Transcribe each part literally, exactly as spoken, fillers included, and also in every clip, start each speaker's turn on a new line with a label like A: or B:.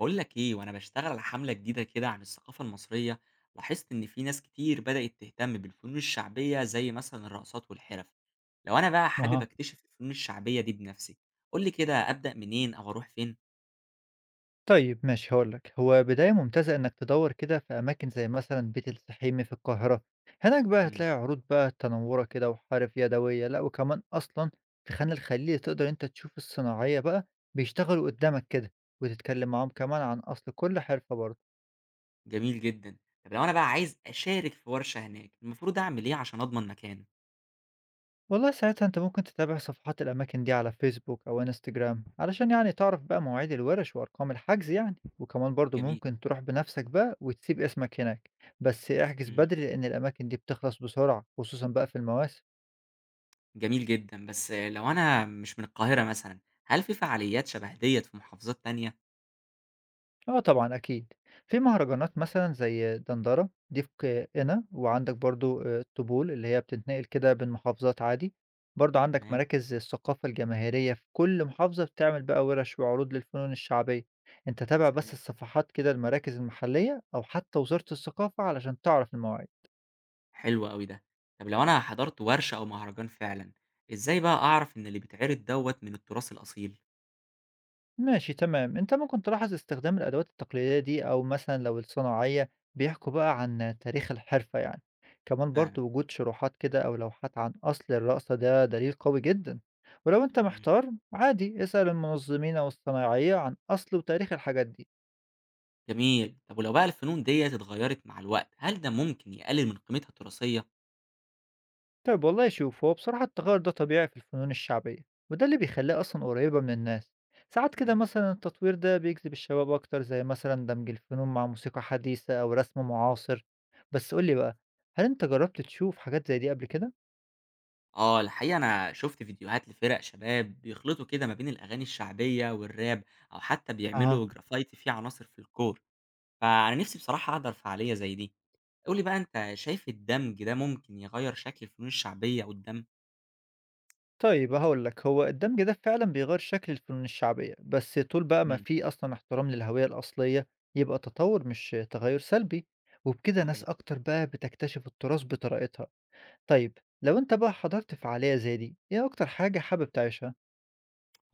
A: بقول لك ايه، وانا بشتغل على حملة جديدة كده عن الثقافة المصرية، لاحظت ان في ناس كتير بدأت تهتم بالفنون الشعبية زي مثلا الرقصات والحرف. لو انا بقى حابب
B: أها.
A: اكتشف الفنون الشعبية دي بنفسي، قول لي كده ابدأ منين او اروح فين.
B: طيب ماشي هاقول لك، هو بداية ممتازة إنك تدوّر كده في أماكن زي مثلًا بيت السحيمي في القاهرة، هناك بقى
A: مم.
B: هتلاقي عروض بقى تنوّرة كده وحرف يدوية، لأ وكمان أصلًا في خان الخليلي تقدر أنت تشوف الصناعية بقى بيشتغلوا قدّامك كده، وتتكلم معاهم كمان عن أصل كل حرفة برضه.
A: جميل جدا. طب لو انا بقى عايز اشارك في ورشة هناك، المفروض اعمل ايه عشان اضمن مكان؟
B: والله ساعتها أنت ممكن تتابع صفحات الأماكن دي على فيسبوك أو انستجرام علشان يعني تعرف بقى مواعيد الورش وأرقام الحجز يعني وكمان برضو
A: جميل.
B: ممكن تروح بنفسك بقى وتسيب اسمك هناك. بس احجز
A: مم.
B: بدري لأن الأماكن دي بتخلص بسرعة خصوصا بقى في المواسم.
A: جميل جدا. بس لو انا مش من القاهرة مثلا، هل في فعاليات شبه ديت في محافظات تانية؟
B: آه طبعًا أكيد، في مهرجانات مثلًا زي دندرة، دي في ق قنا، وعندك برضه آآ الطبول اللي هي بتتنقل كده بين محافظات عادي، برضه عندك
A: تمام.
B: مراكز الثقافة الجماهيرية في كل محافظة بتعمل بقى ورش وعروض للفنون الشعبية، أنت
A: يا
B: تابع بس
A: سلام،
B: الصفحات كده المراكز المحلية أو حتى وزارة الثقافة علشان تعرف المواعيد.
A: حلو أوي ده. طب لو أنا حضرت ورشة أو مهرجان فعلًا، إزاي بقى أعرف إن اللي بيتعرض دوّة من التراث الأصيل
B: ماشي تمام، أنت ممكن تلاحظ استخدام الأدوات التقليدية دي أو مثلًا لو الصناعية بيحكوا بقى عن تاريخ الحرفة يعني، كمان برضه
A: فعلًا؟
B: وجود شروحات كده أو لوحات عن أصل الرقصة ده دليل قوي جدًا، ولو أنت
A: مم.
B: محتار عادي اسأل المنظمين أو الصناعية عن أصل وتاريخ الحاجات دي.
A: جميل. طب ولو بقى الفنون ديّة اتغيّرت مع الوقت، هل ده ممكن يقلل من قيمتها التراثية؟
B: طيب والله شوف هو بصراحة التغير ده طبيعي في الفنون الشعبية، وده اللي بيخليها أصلا قريبة من الناس. ساعات كده
A: صحيح.
B: مثلا التطوير ده بيجذب الشباب أكتر زي مثلا دمج الفنون مع موسيقى حديثة أو رسم معاصر. بس قولي بقى، هل أنت جربت تشوف حاجات زي دي قبل كده؟
A: آه، الحقيقة أنا شُفت فيديوهات لفرق شباب بيخلطوا كده ما بين الأغاني الشعبية والراب، أو حتى
B: اها.
A: بيعملوا جرافايتي فيه عناصر فولكلور، فأنا نِفْسي بصراحة أحضر فعالية زي دي. قُل لي بقى، أنت شايف الدمج ده ممكن يغيّر شكل الفنون الشعبية قُدّام؟
B: طيب هقولك هو الدمج ده فعلا بيغير شكل الفنون الشعبية بس طول بقى ما
A: إمم،
B: في أصلا احترام للهوية الأصلية يبقى تطور مش تغير سلبي، وبكده ناس
A: صحيح.
B: أكتر بقى بتكتشف التراث بطريقتها. طيب لو أنت بقى حضرت فعالية زي دي، إيه أكتر حاجة حابب تعيشها؟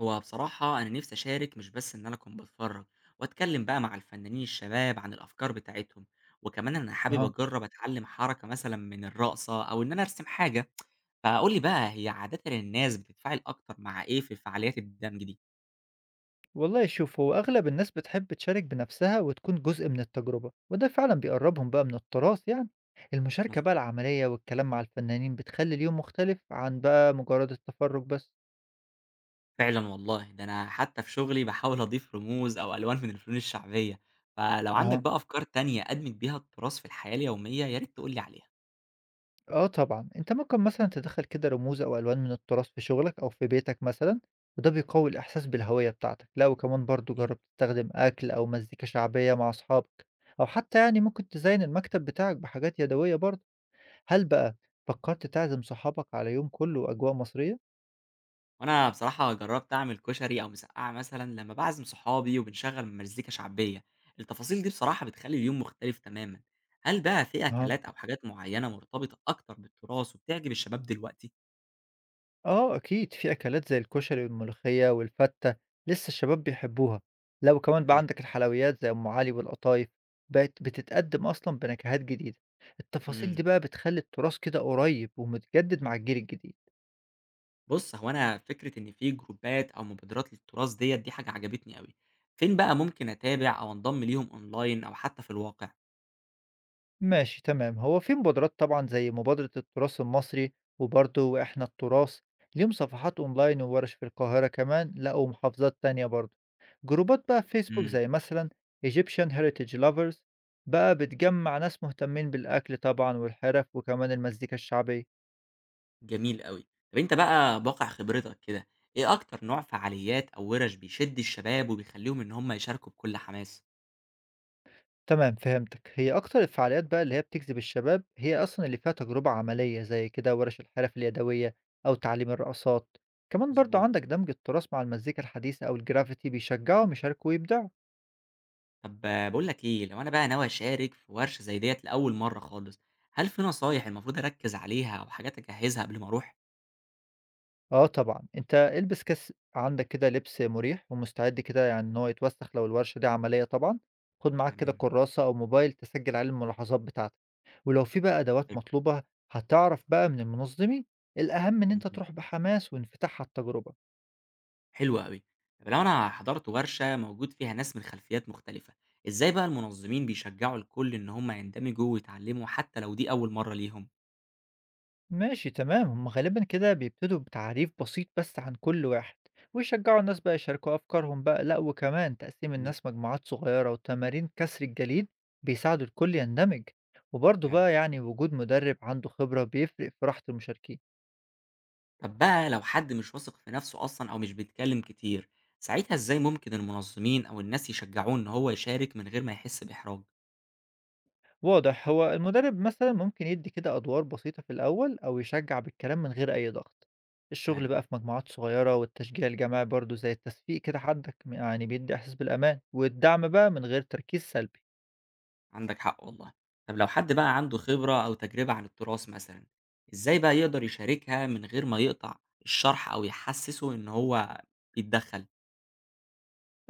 A: هو بصراحة أنا نفسي أشارك مش بس إن أنا أكون باتفرج، وأتكلم بقى مع الفنانين الشباب عن الأفكار بتاعتهم، وكمان أنا حابب
B: أها.
A: أجرب أتعلم حركة مثلًا من الرقصة أو إن أنا أرسم حاجة، فقُل لي بقى، هي عادةً الناس بتتفاعل أكتر مع إيه في الفعاليات الدمج دي؟
B: والله شوف هو أغلب الناس بتحب تشارك بنفسها وتكون جزء من التجربة وده فعلا بيقربهم بقى من التراث يعني. المشاركة بقى
A: مضبوط،
B: العملية والكلام مع الفنانين بتخلي اليوم مختلف عن بقى مجرد التفرج بس.
A: فعلًا والله. ده أنا حتى في شغلي باحاول أضيف رموز أو ألوان من الفنون الشعبية، فلو عندك
B: اها.
A: بقى أفكار تانية أدمج بيها التراث في الحياة اليومية، يا ريت تقول لي عليها.
B: آه طبعًا، أنت ممكن مثلًا تدخّل كده رموز أو ألوان من التراث في شغلك أو في بيتك مثلًا، وده بيقوي الإحساس بالهوية بتاعتك، لا وكمان برضه
A: إمم.
B: جرّب تستخدم أكل أو مزيكا شعبية مع أصحابك، أو حتى يعني ممكن تزين المكتب بتاعك بحاجات يدوية برضه، هل بقى فكرت تعزم صحابك على يوم كله أجواء مصرية؟
A: وانا بصراحة جربت اعمل كشري او مسقعة مثلا لما بعزم صحابي وبنشغل مزيكا شعبية. التفاصيل دي بصراحة بتخلي اليوم مختلف تماما. هل بقى في اكلات او حاجات معينة مرتبطة اكتر بالتراث وبتعجب الشباب دلوقتي؟
B: آه أكيد، في أكلات زي الكشري والملوخية والفتة لسه الشباب بيحبوها، لا وكمان بقى
A: صحيح.
B: عندك الحلويات زي أم علي والقطايف بقت بتتقدم أصلًا بنكهات جديدة، التفاصيل دي
A: امم.
B: بقى بتخلي التراث كده قريب ومتجدد مع الجيل الجديد.
A: بص، هو انا فكرة ان في جروبات او مبادرات للتراث ديت، دي حاجة عجبتني قوي. فين بقى ممكن اتابع او انضم ليهم اونلاين او حتى في الواقع؟
B: ماشي تمام، هو في مبادرات طبعا زي مبادرة التراث المصري وبرضه وإحنا التراث، ليهم صفحات أونلاين وورش في القاهرة كمان لا ومحافظات تانية برضه. جروبات بقى في فيسبوك زي مثلا Egyptian Heritage Lovers بقى بتجمع ناس مهتمين بالأكل طبعا والحرف وكمان المزيكا الشعبية.
A: جميل أوي. طب أنت بقى بواقع خبرتك كده، إيه أكتر نوع فعاليات أو وِرَش بيشد الشباب وبيخلّيهم إن هم يشاركوا بكل حماس؟
B: تمام فهمتك، هي أكتر الفعاليات بقى اللي هي بتجذب الشباب هي أصلا اللي فيها تجربة عملية زي كده ورش الحرف اليدوية أو تعليم الرقصات. كمان برضو
A: مضبوط.
B: عندك دمج التراث مع المزيكا الحديثة أو الجرافيتي بيشجعهم يشاركوا ويبدعوا.
A: طب باقول لك إيه، لو أنا بقى ناوي أشارك في ورشة زي ديّة لأول مرّة خالص، هل في نصايح المفروض أركّز عليها أو حاجات أجهّزها قبل ما أروح؟
B: اه طبعا انت البس كاس عندك كده لبس مريح ومستعد كده يعني ان هو يتوسخ لو الورشة دي عملية طبعا. خد معاك كده
A: تمام.
B: كراسة أو موبايل تسجل عليه الملاحظات بتاعتك. ولو في بقى أدوات
A: حلو.
B: مطلوبة هتعرف بقى من المنظمين. الأهم إن أنت
A: إمم.
B: تروح بحماس وانفتاح على التجربة.
A: حلو أوي. طب لو أنا حضرت ورشة موجود فيها ناس من خلفيات مختلفة، إزاي بقى المنظمين بيشجّعوا الكل إن هم يندمجوا ويتعلّموا حتى لو دي أول مرّة ليهم؟
B: ماشي تمام، هم غالبا كده بيبتدوا بتعريف بسيط بس عن كل واحد ويشجعوا الناس بقى يشاركوا أفكارهم بقى، لأ وكمان تقسيم
A: جميل،
B: الناس مجموعات صغيرة وتمارين كسر الجليد بيساعدوا الكل يندمج، وبرضه
A: فعلًا.
B: بقى يعني وجود مدرب عنده خبرة بيفرق في راحة المشاركين.
A: طب بقى لو حد مش واثق في نفسه أصلا أو مش بيتكلم كتير، ساعتها إزاي ممكن المنظمين أو الناس يشجعوه إن هو يشارك من غير ما يحس بإحراج؟
B: واضح، هو المدرب مثلا ممكن يدي كده أدوار بسيطة في الأول أو يشجع بالكلام من غير أي ضغط. الشغل
A: فعلا،
B: بقى في مجموعات صغيرة والتشجيع الجماعي برضه زي التصفيق كده حدك يعني بيدي إحساس بالأمان والدعم بقى من غير تركيز سلبي.
A: عندك حق والله. طب لو حد بقى عنده خبرة أو تجربة عن التراث مثلا، إزاي بقى يقدر يشاركها من غير ما يقطع الشرح أو يحسسه إن هو بيتدخل؟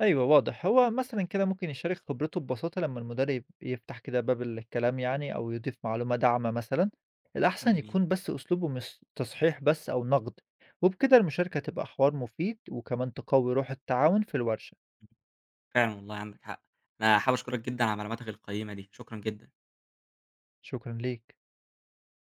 B: أيوه واضح، هو مثلًا كده ممكن يشارك خبرته ببساطة لمّا المدرب يفتح كده باب الكلام يعني أو يضيف معلومة داعمة مثلًا، الأحسن
A: جميل،
B: يكون بس أسلوبه مش تصحيح بس أو نقد، وبكده المشاركة هتبقى حوار مفيد وكمان تقوي روح التعاون في الورشة.
A: فعلا والله عندك حق. أنا حابب أشكرك جدا على معلوماتك القيمة دي، شكرا جدا.
B: شكرًا ليك.